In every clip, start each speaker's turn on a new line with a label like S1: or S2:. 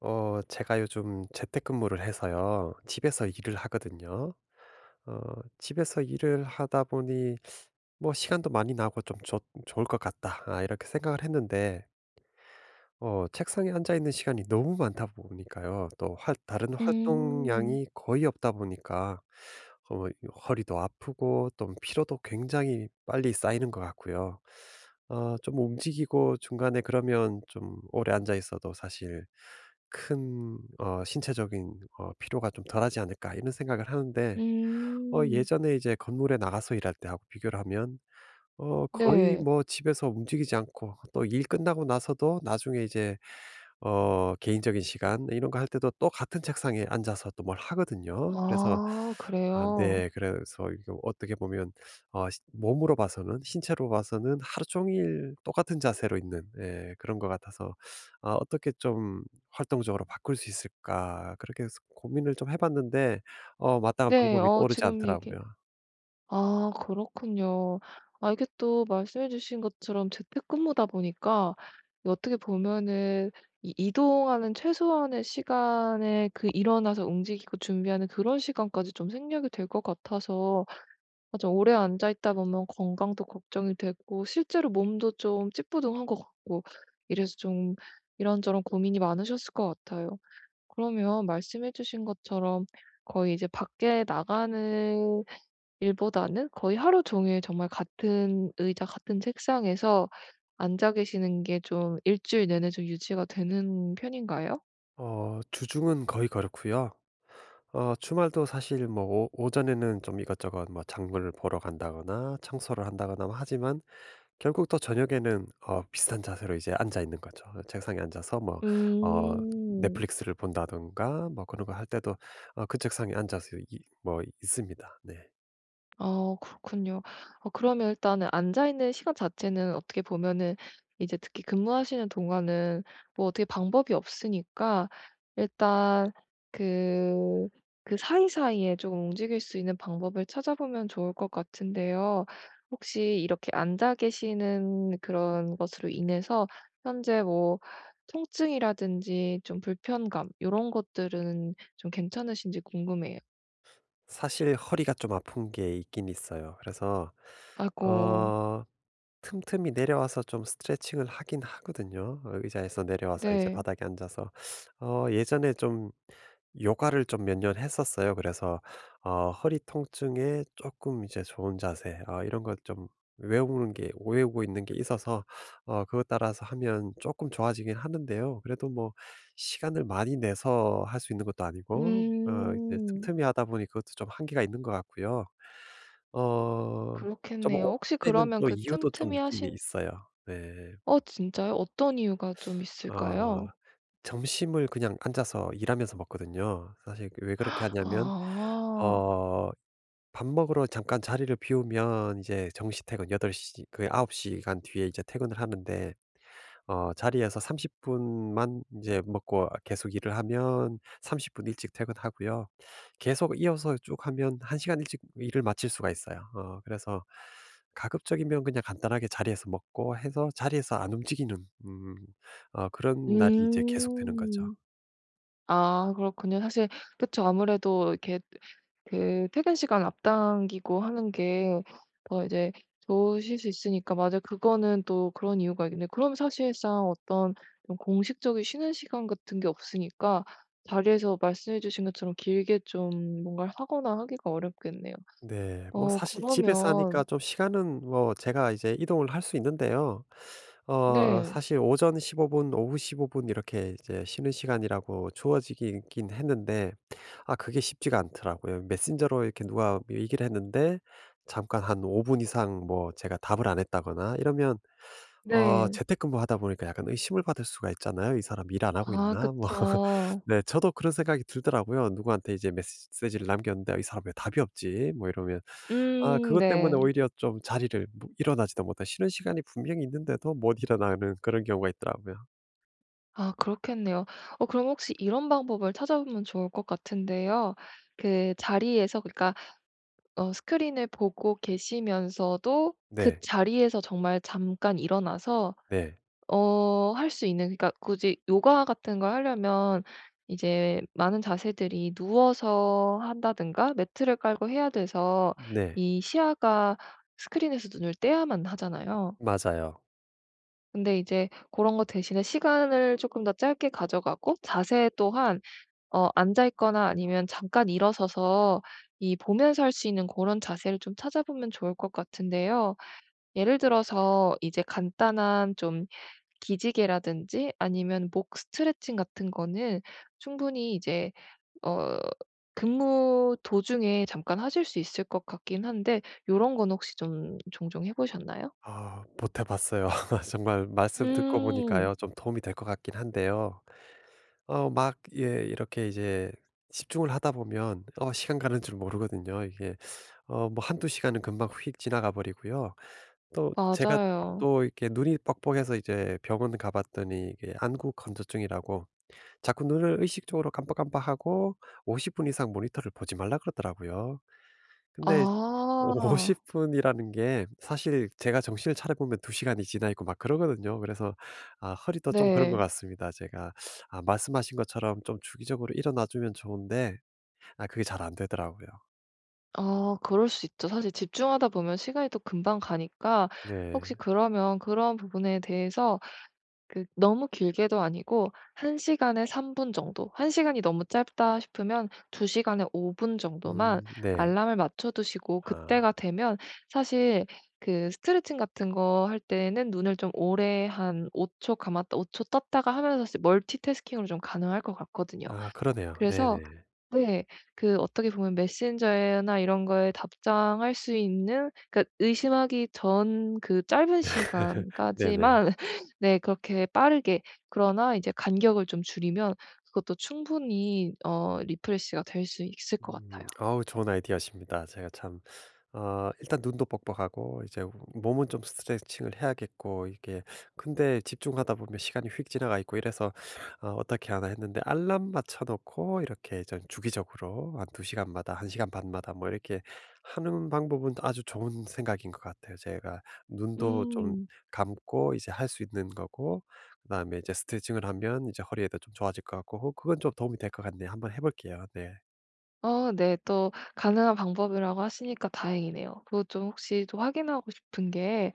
S1: 제가 요즘 재택근무를 해서요. 집에서 일을 하거든요. 어 집에서 일을 하다 보니 뭐 '시간도 많이 나고 좀 좋 좋을 것 같다.' 이렇게 생각을 했는데 책상에 앉아 있는 시간이 너무 많다 보니까요. 또 활 다른
S2: 음.
S1: 활동량이 거의 없다 보니까 어 허리도 아프고 또 피로도 굉장히 빨리 쌓이는 것 같고요. 좀 움직이고 중간에 그러면 좀 오래 앉아 있어도 사실 큰 신체적인 피로가 좀 덜하지 않을까 이런 생각을 하는데
S2: 음.
S1: 예전에 이제 건물에 나가서 일할 때하고 비교를 하면 거의
S2: 네.
S1: 뭐 집에서 움직이지 않고 또 일 끝나고 나서도 나중에 이제 개인적인 시간, 네, 이런 거 할 때도 또 같은 책상에 앉아서 또 뭘 하거든요. 그래서
S2: 아
S1: 네,
S2: 그래요?
S1: 그래서 이거 어떻게 보면 어 시 몸으로 봐서는, 신체로 봐서는 하루 종일 똑같은 자세로 있는, 예, 그런 것 같아서 어떻게 좀 활동적으로 바꿀 수 있을까?' 그렇게 해서 고민을 좀 해 봤는데 마땅한
S2: 네.
S1: 방법이
S2: 어
S1: 떠오르지
S2: 지금 얘기
S1: 않더라고요.
S2: 아 그렇군요. 아 이게 또 말씀해 주신 것처럼 재택근무다 보니까 이 어떻게 보면은 이 이동하는 최소한의 시간에 그 일어나서 움직이고 준비하는 그런 시간까지 좀 생략이 될 것 같아서 맞아. 오래 앉아 있다 보면 건강도 걱정이 되고 실제로 몸도 좀 찌뿌둥한 것 같고 이래서 좀 이런저런 고민이 많으셨을 것 같아요. 그러면 말씀해 주신 것처럼 거의 이제 밖에 나가는 일보다는 거의 하루 종일 정말 같은 의자 같은 책상에서 앉아 계시는 게 좀 일주일 내내 좀 유지가 되는 편인가요?
S1: 주중은 거의 그렇고요. 주말도 사실 뭐 오 오전에는 좀 이것저것 뭐 작물을 보러 간다거나 청소를 한다거나 뭐 하지만 결국 또 저녁에는 비슷한 자세로 이제 앉아 있는 거죠. 책상에 앉아서 뭐 어
S2: 음.
S1: 넷플릭스를 본다든가 뭐 그런 거 할 때도 그 책상에 앉아서 이 뭐 있습니다. 네.
S2: 그렇군요. 그러면 일단은 앉아 있는 시간 자체는 어떻게 보면은 이제 특히 근무하시는 동안은 뭐 어떻게 방법이 없으니까 일단 그 그 사이사이에 조금 움직일 수 있는 방법을 찾아보면 좋을 것 같은데요. 혹시 이렇게 앉아 계시는 그런 것으로 인해서 현재 뭐 통증이라든지 좀 불편감 이런 것들은 좀 괜찮으신지 궁금해요.
S1: 사실 허리가 좀 아픈 게 있긴 있어요. 그래서
S2: 아이고.
S1: 어 틈틈이 내려와서 좀 스트레칭을 하긴 하거든요. 의자에서 내려와서 이제
S2: 네.
S1: 바닥에 앉아서 예전에 좀 요가를 좀 몇 년 했었어요. 그래서 허리 통증에 조금 이제 좋은 자세, 이런 걸 좀 외우는 게 외우고 있는 게 있어서 그것 따라서 하면 조금 좋아지긴 하는데요. 그래도 뭐 시간을 많이 내서 할 수 있는 것도 아니고 이제
S2: 음.
S1: 틈틈이 하다 보니 그것도 좀 한계가 있는 것 같고요. 어좀
S2: 그렇겠네요. 혹시
S1: 그때는
S2: 그러면
S1: 또
S2: 그
S1: 이유도 좀
S2: 틈틈이
S1: 있긴
S2: 하신
S1: 있어요. 네.
S2: 진짜요? 어떤 이유가 좀
S1: 어
S2: 있을까요?
S1: 점심을 그냥 앉아서 일하면서 먹거든요. 사실 왜 그렇게 하냐면
S2: 아.
S1: 어 밥 먹으러 잠깐 자리를 비우면 이제 정시 퇴근 여덟 시거아9 시간 뒤에 이제 퇴근을 하는데 자리에서 30 분만 이제 먹고 계속 일을 하면 30분 일찍 퇴근하고요. 계속 이어서 쭉 하면 1 시간 일찍 일을 마칠 수가 있어요. 그래서 가급적이면 그냥 간단하게 자리에서 먹고 해서 자리에서 안 움직이는 음 그런 날이 이제 계속되는 거죠.
S2: 음. 아 그렇군요. 사실 그쵸. 아무래도 이렇게 그 퇴근 시간 앞당기고 하는 게 더 이제 좋으실 수 있으니까 맞아요. 그거는 또 그런 이유가 있겠네요. 그럼 사실상 어떤 좀 공식적인 쉬는 시간 같은 게 없으니까 자리에서 말씀해 주신 것처럼 길게 좀 뭔가를 하거나 하기가 어렵겠네요.
S1: 네. 뭐
S2: 어
S1: 사실 집에서 하니까
S2: 그러면
S1: 좀 시간은 뭐 제가 이제 이동을 할 수 있는데요.
S2: 네.
S1: 사실 오전 15분, 오후 15분 이렇게 이제 쉬는 시간이라고 주어지긴 했는데 그게 쉽지가 않더라고요. 메신저로 이렇게 누가 얘기를 했는데 잠깐 한 5분 이상 뭐 제가 답을 안 했다거나 이러면
S2: 네.
S1: 재택근무하다 보니까 약간 의심을 받을 수가 있잖아요. '이 사람 일 안 하고
S2: 아
S1: 있나?' 뭐
S2: 그쵸.
S1: 네, 저도 그런 생각이 들더라고요. 누구한테 이제 메시지를 남겼는데, '이 사람 왜 답이 없지?' 뭐이러면 그것 때문에
S2: 네.
S1: 오히려 좀 자리를 뭐 일어나지도 못한, 쉬는 시간이 분명히 있는데도 못 일어나는 그런 경우가 있더라고요.
S2: 아 그렇겠네요. 그럼 혹시 이런 방법을 찾아보면 좋을 것 같은데요. 그 자리에서 그러니까 스크린을 보고 계시면서도 그
S1: 네.
S2: 자리에서 정말 잠깐 일어나서
S1: 네.
S2: 할 수 있는 그러니까 굳이 요가 같은 걸 하려면 이제 많은 자세들이 누워서 한다든가 매트를 깔고 해야 돼서
S1: 네.
S2: 이 시야가 스크린에서 눈을 떼야만 하잖아요.
S1: 맞아요.
S2: 근데 이제 그런 거 대신에 시간을 조금 더 짧게 가져가고 자세 또한 앉아 있거나 아니면 잠깐 일어서서 이 보면서 할 수 있는 그런 자세를 좀 찾아보면 좋을 것 같은데요. 예를 들어서 이제 간단한 좀 기지개라든지 아니면 목 스트레칭 같은 거는 충분히 이제 어 근무 도중에 잠깐 하실 수 있을 것 같긴 한데 요런 건 혹시 좀 종종 해 보셨나요?
S1: 못해 봤어요. 정말 말씀 듣고
S2: 음.
S1: 보니까요 좀 도움이 될 것 같긴 한데요. 이렇게 이제 집중을 하다 보면 시간 가는 줄 모르거든요. 이게 뭐 한두 시간은 금방 휙 지나가 버리고요. 또 제가
S2: 맞아요.
S1: 또 이렇게 눈이 뻑뻑해서 이제 병원 가 봤더니 이게 안구 건조증이라고 자꾸 눈을 의식적으로 깜빡깜빡하고 50분 이상 모니터를 보지 말라 그러더라고요. 근데
S2: 아.
S1: 50 분이라는 게 사실 제가 정신을 차려 보면 2 시간이 지나 있고 막 그러거든요. 그래서 허리도 좀 그런 것
S2: 네.
S1: 같습니다. 제가 말씀하신 것처럼 좀 주기적으로 일어나 주면 좋은데 그게 잘 안 되더라고요.
S2: 아 그럴 수 있죠. 사실 집중하다 보면 시간이 또 금방 가니까
S1: 네.
S2: 혹시 그러면 그런 부분에 대해서 그 너무 길게도 아니고 1시간 시간에 3분 정도. 1시간 시간이 너무 짧다 싶으면 2시간 시간에 5분 정도만
S1: 음. 네.
S2: 알람을 맞춰 두시고 그때가
S1: 아.
S2: 되면 사실 그 스트레칭 같은 거 할 때는 눈을 좀 오래 한 5초 감았다 5초 떴다가 하면서 멀티태스킹으로 좀 가능할 것 같거든요.
S1: 아, 그러네요.
S2: 그래서
S1: 네네.
S2: 네. 그 어떻게 보면 메신저나 이런 거에 답장할 수 있는 그러니까 의심하기 전 그 짧은
S1: 네네.
S2: 시간까지만 네 그렇게 빠르게 그러나 이제 간격을 좀 줄이면 그것도 충분히 리프레시가 될 수 있을 것
S1: 음.
S2: 같아요.
S1: 아우, 좋은 아이디어십니다. 제가 참 어 일단 눈도 뻑뻑하고 이제 몸은 좀 스트레칭을 해야겠고, 이게 근데 집중하다 보면 시간이 휙 지나가 있고 이래서 어떻게 하나.' 했는데 알람 맞춰 놓고 이렇게 전 주기적으로 한 2 시간마다 1 시간 반마다 뭐 이렇게 하는 방법은 아주 좋은 생각인 것 같아요. 제가 눈도 좀
S2: 음.
S1: 감고 이제 할 수 있는 거고, 그다음에 이제 스트레칭을 하면 이제 허리에도 좀 좋아질 것 같고 그건 좀 도움이 될 것 같네요. 한번 해 볼게요. 네.
S2: 어, 네. 또 가능한 방법이라고 하시니까 다행이네요. 그리고 좀 혹시 또 확인하고 싶은 게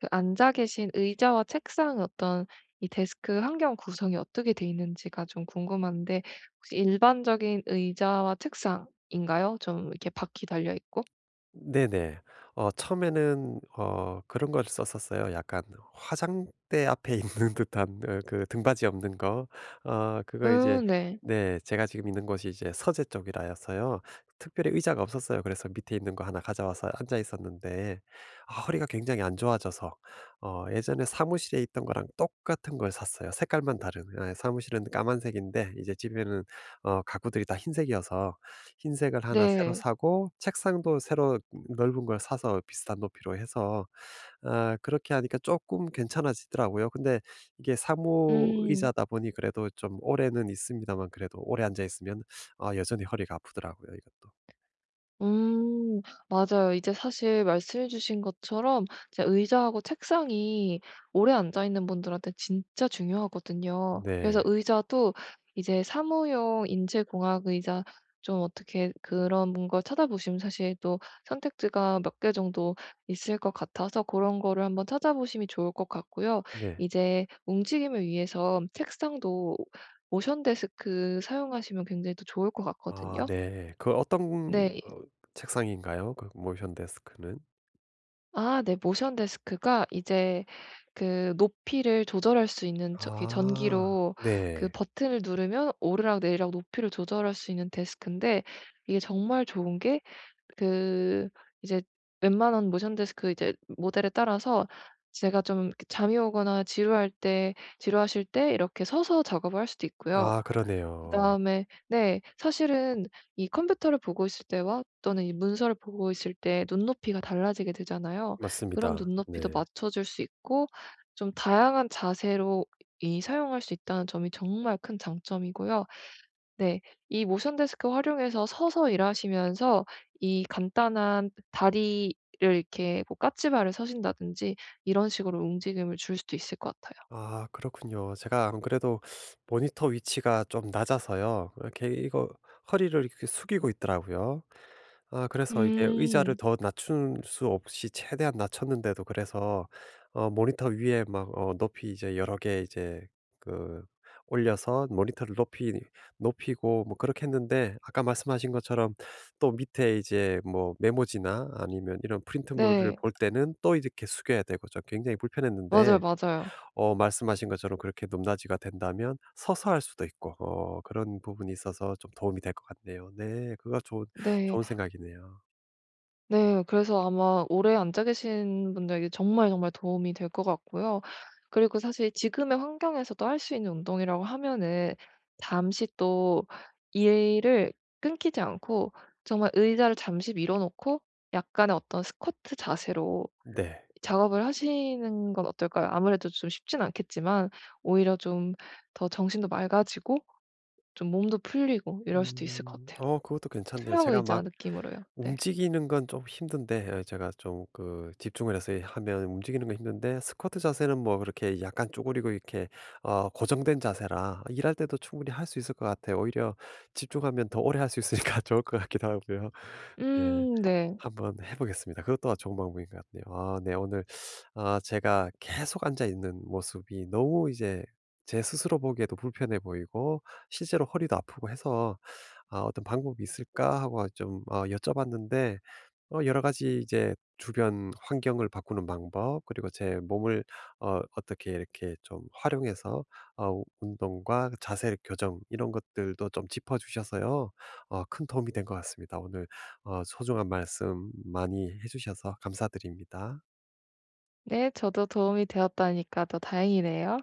S2: 그 앉아 계신 의자와 책상 어떤 이 데스크 환경 구성이 어떻게 돼 있는지가 좀 궁금한데 혹시 일반적인 의자와 책상인가요? 좀 이렇게 바퀴 달려 있고?
S1: 네네. 처음에는 그런 걸 썼었어요. 약간 화장대 앞에 있는 듯한, 그 등받이 없는 거. 어 그거 이제
S2: 네.
S1: 네, 제가 지금 있는 곳이 이제 서재 쪽이라서요. 특별히 의자가 없었어요. 그래서 밑에 있는 거 하나 가져와서 앉아 있었는데 허리가 굉장히 안 좋아져서 예전에 사무실에 있던 거랑 똑같은 걸 샀어요. 색깔만 다른. 아, 사무실은 까만색인데 이제 집에는 가구들이 다 흰색이어서 흰색을 하나 새로
S2: 네.
S1: 사고, 책상도 새로 넓은 걸 사서 비슷한 높이로 해서 그렇게 하니까 조금 괜찮아지더라고요. 근데 이게
S2: 음.
S1: 사무의자다 보니 그래도 좀 오래는 있습니다만, 그래도 오래 앉아 있으면 여전히 허리가 아프더라고요 이것도.
S2: 음 맞아요. 이제 사실 말씀해 주신 것처럼 이제 의자하고 책상이 오래 앉아 있는 분들한테 진짜 중요하거든요. 그래서
S1: 네.
S2: 의자도 이제 사무용 인체 공학 의자 좀 어떻게 그런 걸 찾아보시면 사실 또 선택지가 몇 개 정도 있을 것 같아서 그런 거를 한번 찾아보심이 좋을 것 같고요.
S1: 네.
S2: 이제 움직임을 위해서 책상도 모션 데스크 사용하시면 굉장히 또 좋을 것
S1: 아,
S2: 같거든요.
S1: 네. 그 어떤
S2: 네.
S1: 어 책상인가요? 그 모션 데스크는?
S2: 아 네. 모션 데스크가 이제 그 높이를 조절할 수 있는 저기
S1: 아.
S2: 전기로 그
S1: 네.
S2: 버튼을 누르면 오르락 내리락 높이를 조절할 수 있는 데스크인데 이게 정말 좋은 게 그 이제 웬만한 모션 데스크 이제 모델에 따라서 제가 좀 이렇게 잠이 오거나 지루할 때 지루하실 때 이렇게 서서 작업을 할 수도 있고요.
S1: 아, 그러네요.
S2: 그다음에 네. 사실은 이 컴퓨터를 보고 있을 때와 또는 이 문서를 보고 있을 때 눈높이가 달라지게 되잖아요. 그런
S1: 맞습니다.
S2: 눈높이도
S1: 네.
S2: 맞춰줄 수 있고 좀 다양한 자세로 이 사용할 수 있다는 점이 정말 큰 장점이고요. 네. 이 모션 데스크 활용해서 서서 일하시면서 이 간단한 다리를 이렇게 뭐 까치발을 서신다든지 이런 식으로 움직임을 줄 수도 있을 것 같아요.
S1: 아, 그렇군요. 제가 안 그래도 모니터 위치가 좀 낮아서요. 이렇게 이거 허리를 이렇게 숙이고 있더라고요. 그래서 이게 의자를
S2: 음.
S1: 더 낮출 수 없이 최대한 낮췄는데도, 그래서 모니터 위에 막 높이 이제 여러 개 이제 그 올려서 모니터를 높이 높이고 뭐 그렇게 했는데, 아까 말씀하신 것처럼 또 밑에 이제 뭐 메모지나 아니면 이런 프린트물을
S2: 네.
S1: 볼 때는 또 이렇게 숙여야 되고 좀 굉장히
S2: 맞아요,
S1: 불편했는데,
S2: 맞아요.
S1: 말씀하신 것처럼 그렇게 높낮이가 된다면 서서 할 수도 있고 그런 부분이 있어서 좀 도움이 될 것 같네요. 네. 그거
S2: 네.
S1: 좋은 생각이네요.
S2: 네. 그래서 아마 오래 앉아 계신 분들에게 정말 정말 도움이 될 것 같고요. 그리고 사실 지금의 환경에서도 할 수 있는 운동이라고 하면은 잠시 또 일을 끊기지 않고 정말 의자를 잠시 밀어 놓고 약간의 어떤 스쿼트 자세로
S1: 네.
S2: 작업을 하시는 건 어떨까요? 아무래도 좀 쉽진 않겠지만 오히려 좀 더 정신도 맑아지고 좀 몸도 풀리고 이럴 수도 있을 것
S1: 음.
S2: 같아요.
S1: 그것도 괜찮네요.
S2: 투명
S1: 제가
S2: 의자
S1: 막
S2: 느낌으로요. 네.
S1: 움직이는 건 좀 힘든데, 예, 제가 좀 그 집중을 해서 하면 움직이는 건 힘든데, 스쿼트 자세는 뭐 그렇게 약간 쪼그리고 이렇게 고정된 자세라 일할 때도 충분히 할 수 있을 것 같아요. 오히려 집중하면 더 오래 할 수 있으니까 좋을 것 같기도 하고요. 네.
S2: 음. 네.
S1: 한번 해 보겠습니다. 그것 또한 좋은 방법인 것 같네요. 아, 네. 오늘 제가 계속 앉아 있는 모습이 너무 이제 제 스스로 보기에도 불편해 보이고 실제로 허리도 아프고 해서 어떤 방법이 있을까?' 하고 좀 여쭤봤는데 여러 가지 이제 주변 환경을 바꾸는 방법, 그리고 제 몸을 어떻게 이렇게 좀 활용해서 운동과 자세 교정 이런 것들도 좀 짚어 주셔서요. 큰 도움이 된 것 같습니다. 오늘 소중한 말씀 많이 해 주셔서 감사드립니다.
S2: 네, 저도 도움이 되었다니까 더 다행이네요.